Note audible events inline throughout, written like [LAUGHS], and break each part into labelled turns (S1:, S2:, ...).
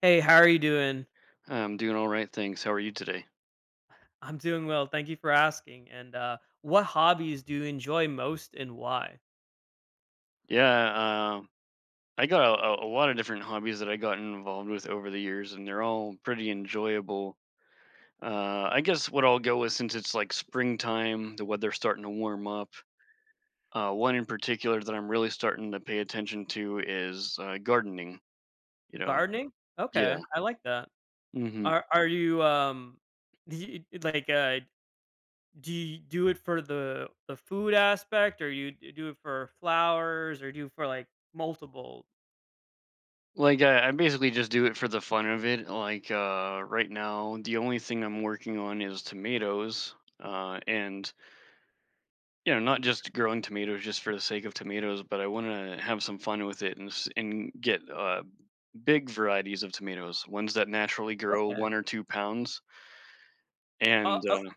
S1: Hey, how are you doing?
S2: I'm doing all right, thanks. How are you today?
S1: I'm doing well. Thank you for asking. And What hobbies do you enjoy most and why?
S2: Yeah, um, I got a lot of different hobbies that I got involved with over the years, and they're all pretty enjoyable. I guess what I'll go with since it's like springtime, the weather's starting to warm up. One in particular that I'm really starting to pay attention to is gardening. You know,
S1: Gardening?
S2: yeah.
S1: Okay, I like that.
S2: hmm
S1: Are you do you, like uh do you do it for the food aspect, or you do it for flowers, or do you for like multiple?
S2: Like I basically just do it for the fun of it. Like right now, the only thing I'm working on is tomatoes. And you know, not just growing tomatoes just for the sake of tomatoes, but I want to have some fun with it and get big varieties of tomatoes, ones that naturally grow
S1: Okay.
S2: 1 or 2 pounds.
S1: Uh,
S2: And
S1: oh,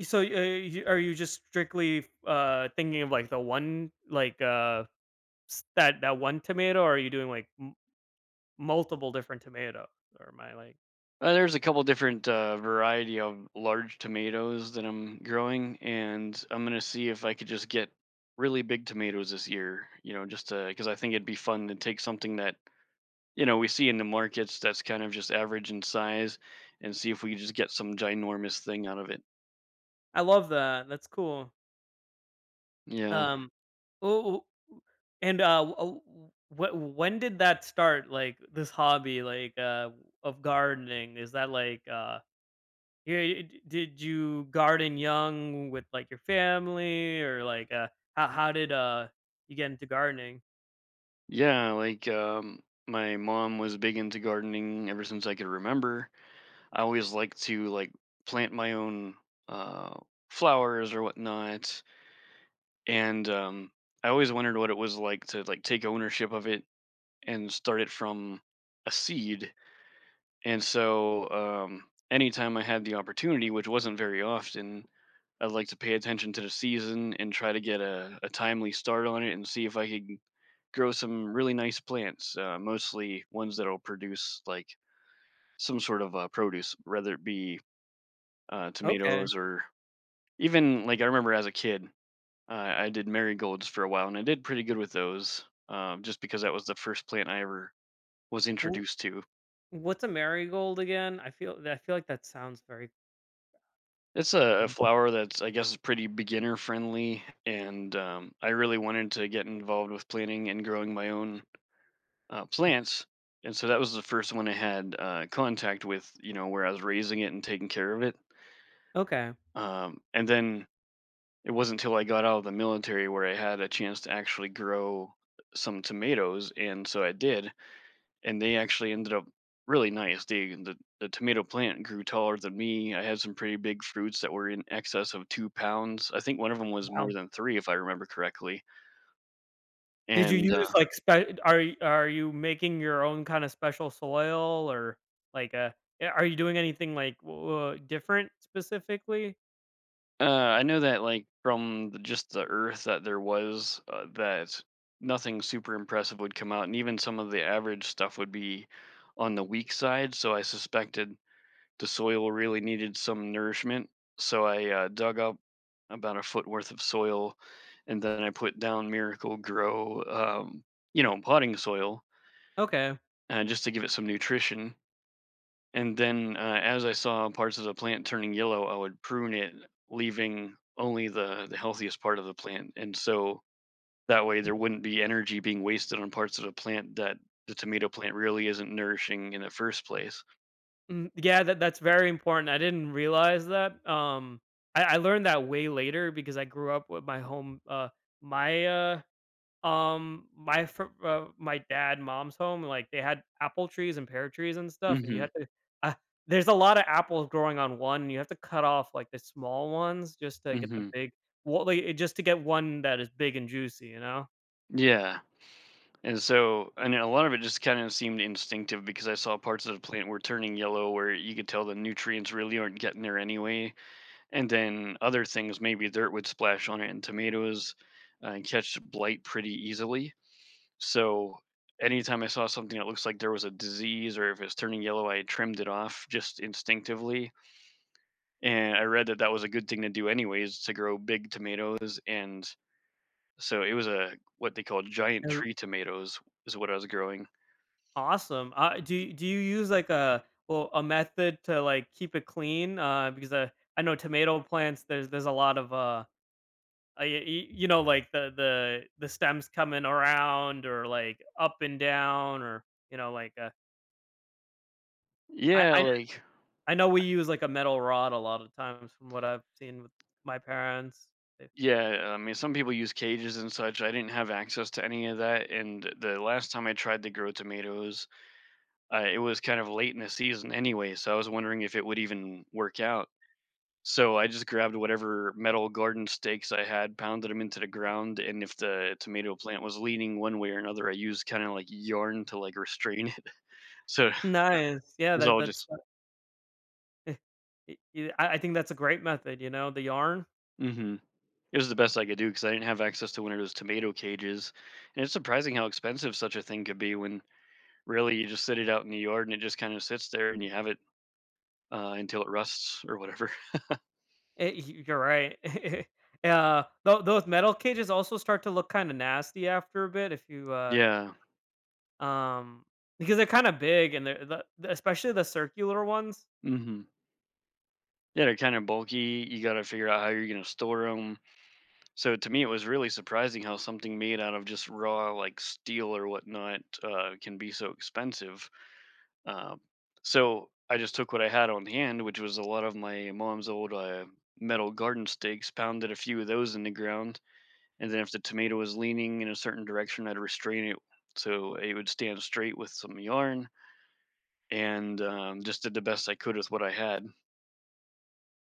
S1: you, are you just strictly thinking of like the one, like that one tomato, or are you doing like multiple different tomatoes, or my, like
S2: There's a couple different variety of large tomatoes that I'm growing, and I'm gonna see if I could just get really big tomatoes this year. You know, just because I think it'd be fun to take something that you know we see in the markets that's kind of just average in size, and see if we could just get some ginormous thing out of it.
S1: I love that, that's cool.
S2: Yeah.
S1: Yeah. Oh, and, w oh, w wh when did that start, like this hobby, like, of gardening? Is that like, yeah, y d did you garden young with like your family, or like, how did, you get into gardening?
S2: Yeah, like my mom was big into gardening ever since I could remember. I always liked to like plant my own uh flowers or whatnot. And I always wondered what it was like to like take ownership of it and start it from a seed. And so anytime I had the opportunity, which wasn't very often, I'd like to pay attention to the season and try to get a timely start on it and see if I could grow some really nice plants, mostly ones that'll produce like some sort of produce, whether it be
S1: Okay.
S2: tomatoes or even like I remember as a kid, I did marigolds for a while and I did pretty good with those just because that was the first plant I ever was
S1: W
S2: introduced to.
S1: what's a marigold again? I feel like that sounds very
S2: It's a
S1: mm,
S2: flower that's, I guess, is pretty beginner friendly, and I really wanted to get involved with planting and growing my own plants, and so that was the first one I had contact with. You know, where I was raising it and taking care of it.
S1: okay.
S2: And then it wasn't until I got out of the military where I had a chance to actually grow some tomatoes, and so I did. And they actually ended up really nice. They, the tomato plant grew taller than me. I had some pretty big fruits that were in excess of 2 pounds. I think one of them was
S1: Wow.
S2: more than three, if I remember correctly.
S1: Did you
S2: And
S1: use like spe are are you making your own kinda special soil, or like, are you doing anything like w different specifically?
S2: I know that like from the, just the Earth that there was that nothing super impressive would come out, and even some of the average stuff would be on the weak side. So I suspected the soil really needed some nourishment. So I dug up about a foot worth of soil, and then I put down Miracle Grow, you know, potting soil,
S1: Okay.
S2: just to give it some nutrition. And then, as I saw parts of the plant turning yellow, I would prune it, leaving only the healthiest part of the plant. And so that way, there wouldn't be energy being wasted on parts of the plant that the tomato plant really isn't nourishing in the first place.
S1: Yeah, that that's very important. I didn't realize that. I learned that way later, because I grew up with my home, my, uh my dad, mom's home, like, they had apple trees and pear trees and stuff, and you
S2: hmm
S1: have to uh, there's a lot of apples growing on one, and you have to cut off like the small ones just to get the
S2: hmm
S1: big well, like, just to get one that is big and juicy, you know?
S2: Yeah. And so, and a lot of it just kind of seemed instinctive because I saw parts of the plant were turning yellow where you could tell the nutrients really aren't getting there anyway. And then other things, maybe dirt would splash on it and tomatoes and catch blight pretty easily. So anytime I saw something that looks like there was a disease or if it's turning yellow, I trimmed it off just instinctively. And I read that that was a good thing to do, anyways, to grow big tomatoes. And so it was a what they call giant
S1: Er
S2: tree tomatoes, is what I was growing.
S1: Awesome. Do do you use like a well, a method to like keep it clean? I know tomato plants, there's a lot of, you know, like the the stems coming around, or like up and down, or you know, like, I
S2: Yeah,
S1: I
S2: like
S1: I know we use like a metal rod a lot of times from what I've seen with my parents. They
S2: yeah, I mean some people use cages and such. I didn't have access to any of that and the last time I tried to grow tomatoes it was kind of late in the season anyway, so I was wondering if it would even work out. So I just grabbed whatever metal garden stakes I had, pounded them into the ground, and if the tomato plant was leaning one way or another, I used kind of like yarn to like restrain it. [LAUGHS] So it
S1: nice. Yeah,
S2: was
S1: that
S2: all
S1: that's
S2: just,
S1: that y y I think that's a great method, you know, the yarn.
S2: hmm it was the best I could do because I didn't have access to one of those tomato cages. And it's surprising how expensive such a thing could be when really you just sit it out in the yard and it just kind of sits there and you have it until it rusts or whatever.
S1: Eh, y you're right. [LAUGHS] Yeah, tho those metal cages also start to look kinda nasty after a bit if you,
S2: [LAUGHS] Yeah.
S1: um because they're kinda big, and they're the especially the circular ones.
S2: hmm Yeah, they're kind of bulky. You got to figure out how you're going to store them. So to me, it was really surprising how something made out of just raw like steel or whatnot can be so expensive. Uh, so I just took what I had on hand, which was a lot of my mom's old metal garden stakes, pounded a few of those in the ground, and then if the tomato was leaning in a certain direction, I'd restrain it so it would stand straight with some yarn, and just did the best I could with what I had.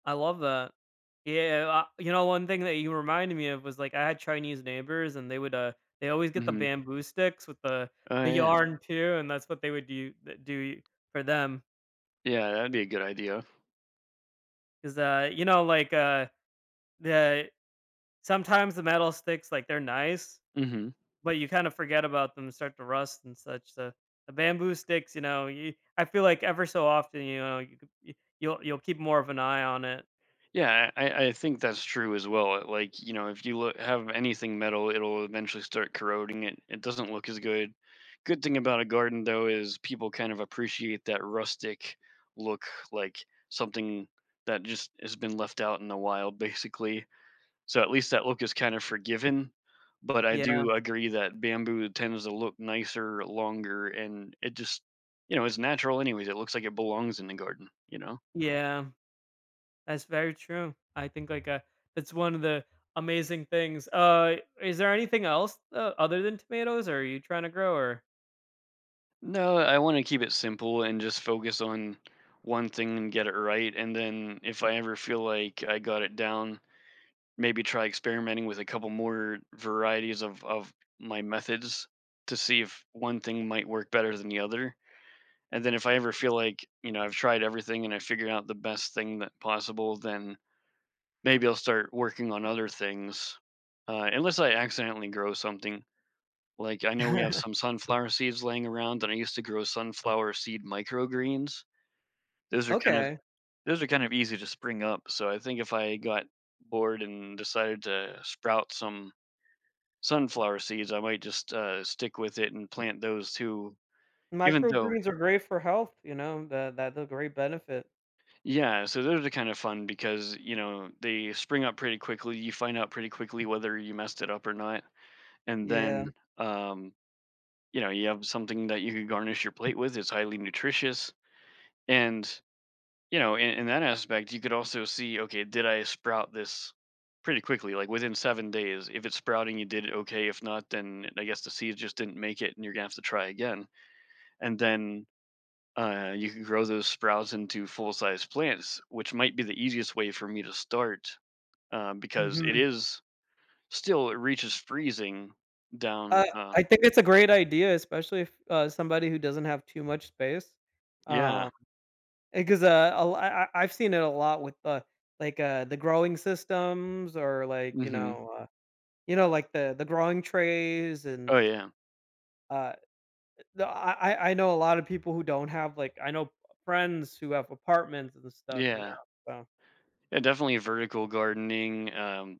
S1: I love that. Yeah, you know, one thing that you reminded me of was, like, I had Chinese neighbors, and they would, they always get the
S2: hmm
S1: bamboo sticks with the
S2: Oh yeah,
S1: yarn too, and that's what they would do th do for them.
S2: yeah, that'd be a good idea.
S1: 'Cause, you know, like, the sometimes the metal sticks, like, they're nice,
S2: hmm
S1: but you kinda forget about them, start to rust and such, so the bamboo sticks, you know, you I feel like ever so often, you know, you could y you'll keep more of an eye on it.
S2: Yeah, I think that's true as well. Like, you know, if you look, have anything metal, it'll eventually start corroding. It doesn't look as good. Good thing about a garden though is people kind of appreciate that rustic look, like something that just has been left out in the wild, [LAUGHS] basically. So at least that look is kind of forgiven. But I
S1: Yeah.
S2: do agree that bamboo tends to look nicer, longer, and it just, you know, it's natural anyways. It looks like it belongs in the garden, you know?
S1: Yeah. That's very true. I think that's one of the amazing things. Is there anything else other than tomatoes, or are you trying to grow? Or
S2: No, I want to keep it simple and just focus on one thing and get it right. And then if I ever feel like I got it down, maybe try experimenting with a couple more varieties of my methods to see if one thing might work better than the other. And then if I ever feel like, you know, I've tried everything and I figured out the best thing that possible, then maybe I'll start working on other things. Unless I accidentally grow something. Like, I know we have
S1: [LAUGHS]
S2: some sunflower seeds laying around, and I used to grow sunflower seed microgreens. Those are kind of
S1: okay,
S2: those are kind of easy to spring up, so I think if I got bored and decided to sprout some sunflower seeds, I might just, stick with it and plant those too, even though
S1: microgreens are great for health. You know that's a great benefit.
S2: Yeah, so those are kind of fun because, you know, they spring up pretty quickly, you find out pretty quickly whether you messed it up or not, and
S1: Yeah.
S2: then, um, you know, you have something that you could garnish your plate with, it's highly nutritious, and you know, in that aspect, you could also see, okay, did I sprout this pretty quickly? Like within 7 days, if it's sprouting, you did it okay. If not, then I guess the seeds just didn't make it, and you're gonna have to try again. And then you can grow those sprouts into full size plants, which might be the easiest way for me to start because it
S1: Hmm.
S2: is still it reaches freezing
S1: Uh,
S2: down.
S1: I think it's a great idea, especially if somebody who doesn't have too much space.
S2: Yeah.
S1: Um, because a l- I, have seen it a lot with the growing systems, or like you
S2: hmm
S1: know, you know, like the growing trays and
S2: Oh yeah.
S1: uh no, I know a lot of people who don't have, like I know friends who have apartments and stuff, you know,
S2: Yeah.
S1: so
S2: Yeah, definitely vertical gardening. Um,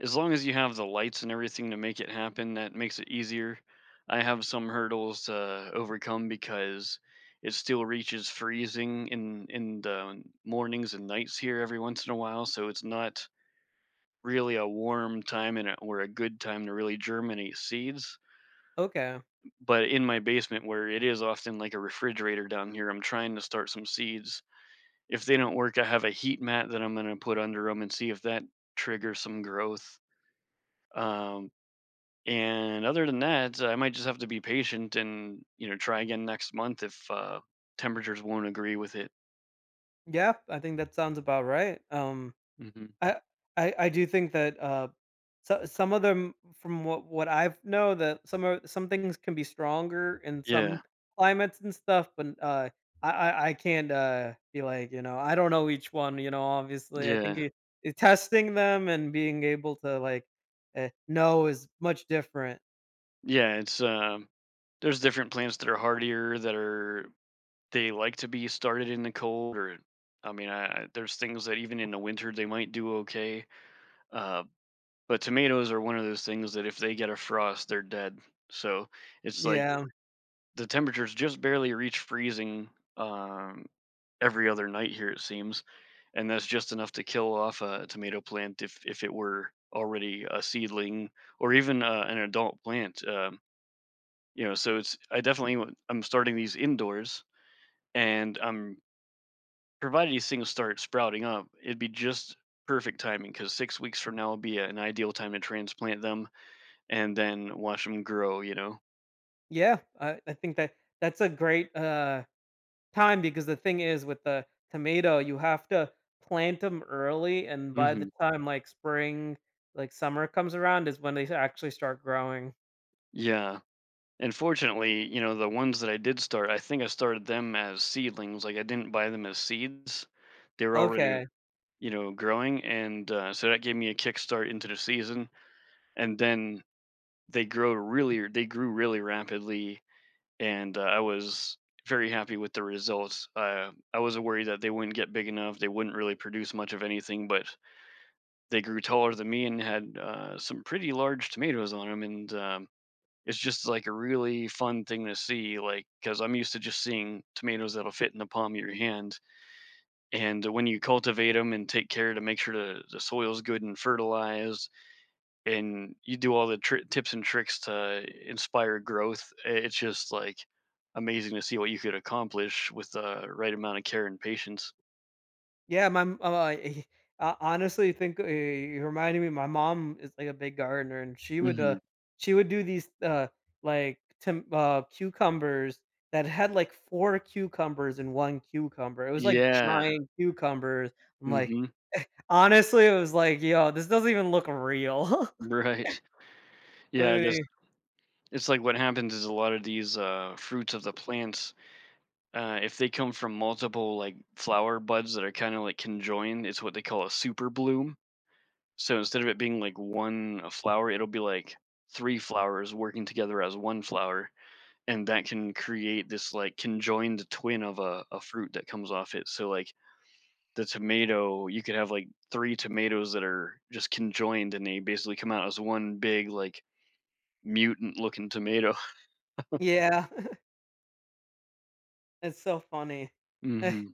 S2: as long as you have the lights and everything to make it happen, that makes it easier. I have some hurdles to overcome because it still reaches freezing in the mornings and nights here every once in a while, so it's not really a warm time and a, or a good time to really germinate seeds.
S1: okay.
S2: But in my basement, where it is often like a refrigerator down here, I'm trying to start some seeds. If they don't work, I have a heat mat that I'm going to put under them and see if that triggers some growth. Um, And other than that, I might just have to be patient and, you know, try again next month if temperatures won't agree with it.
S1: Yeah, I think that sounds about right.
S2: hmm
S1: I I do think that, so some of them from what I've know, that some are some things can be stronger in some
S2: Yeah,
S1: climates and stuff, but, I can't, be like, you know, I don't know each one, you know, obviously. I think
S2: yeah,
S1: it testing them and being able to, like, know is much different.
S2: yeah. It's There's different plants that are hardier that are they like to be started in the cold, or I mean, there's things that even in the winter they might do okay. Uh, but tomatoes are one of those things that if they get a frost, they're dead. So it's like
S1: Yeah.
S2: the temperatures just barely reach freezing. Um, every other night here it seems, and that's just enough to kill off a tomato plant if it were already a seedling or even an adult plant. You know, so it's I definitely I'm starting these indoors, and I'm provided these things start sprouting up, it'd be just perfect timing because 6 weeks from now would be an ideal time to transplant them and then watch them grow. You know.
S1: Yeah, I think that that's a great time, because the thing is with the tomato, you have to plant them early, and by the
S2: hmm
S1: time like spring, like summer comes around, is when they actually start growing.
S2: Yeah. And fortunately, you know, the ones that I did start, I think I started them as seedlings. Like I didn't buy them as seeds. They were already,
S1: Okay,
S2: you know, growing. And so that gave me a kickstart into the season. And then they grew really rapidly. And I was very happy with the results. I was worried that they wouldn't get big enough. They wouldn't really produce much of anything, but they grew taller than me and had some pretty large tomatoes on them. And It's just like a really fun thing to see, like because 'cause I'm used to just seeing tomatoes that'll fit in the palm of your hand. And when you cultivate them and take care to make sure the soil's good and fertilized, and you do all the tips and tricks to inspire growth, it's just like amazing to see what you could accomplish with the right amount of care and patience.
S1: yeah, my m- I honestly think, you reminded me. My mom is like a big gardener, and
S2: hmm
S1: she would do these cucumbers that had like four cucumbers in one cucumber. It was like
S2: Yeah.
S1: giant cucumbers. I'm like,
S2: hmm [LAUGHS]
S1: honestly, it was like, "Yo, this doesn't even look real." [LAUGHS]
S2: Right. Yeah. That's
S1: Literally
S2: It's like what happens is a lot of these fruits of the plants if they come from multiple like flower buds that are kind of like conjoined, it's what they call a super bloom. So instead of it being like one flower, it'll be like three flowers working together as one flower, and that can create this like conjoined twin of a fruit that comes off it. So like the tomato, you could have like three tomatoes that are just conjoined, and they basically come out as one big like mutant looking tomato.
S1: yeah, [LAUGHS] it's so funny.
S2: [LAUGHS]
S1: [LAUGHS]
S2: hmm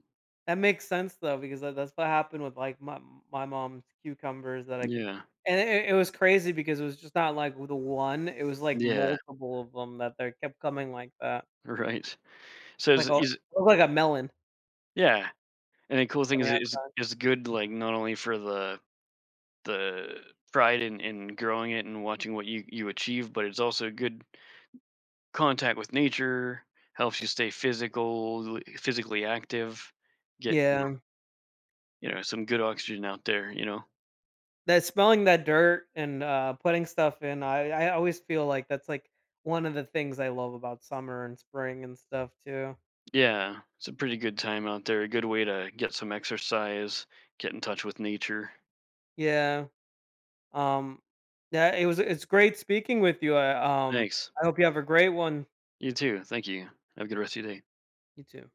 S1: That makes sense though, because that's what happened with like my mom's cucumbers that I can,
S2: Yeah.
S1: and it was crazy, because it was just not like the one, it was like
S2: Yeah.
S1: multiple of them that they kept coming like that.
S2: Right. So
S1: Like a
S2: is
S1: looked like a melon
S2: Yeah. And the cool thing
S1: on the
S2: is is
S1: outside.
S2: is good, like, not only for the pride in growing it and watching what you achieve, but it's also good contact with nature, helps you stay physically active, get,
S1: Yeah,
S2: you know, some good oxygen out there, you know?
S1: that smelling that dirt and, putting stuff in, I always feel like that's like one of the things I love about summer and spring and stuff too.
S2: Yeah, it's a pretty good time out there, a good way to get some exercise, get in touch with nature.
S1: Yeah, um, yeah, it's great speaking with you.
S2: Thanks.
S1: I hope you have a great one.
S2: You too, thank you. Have a good rest of your day.
S1: You too.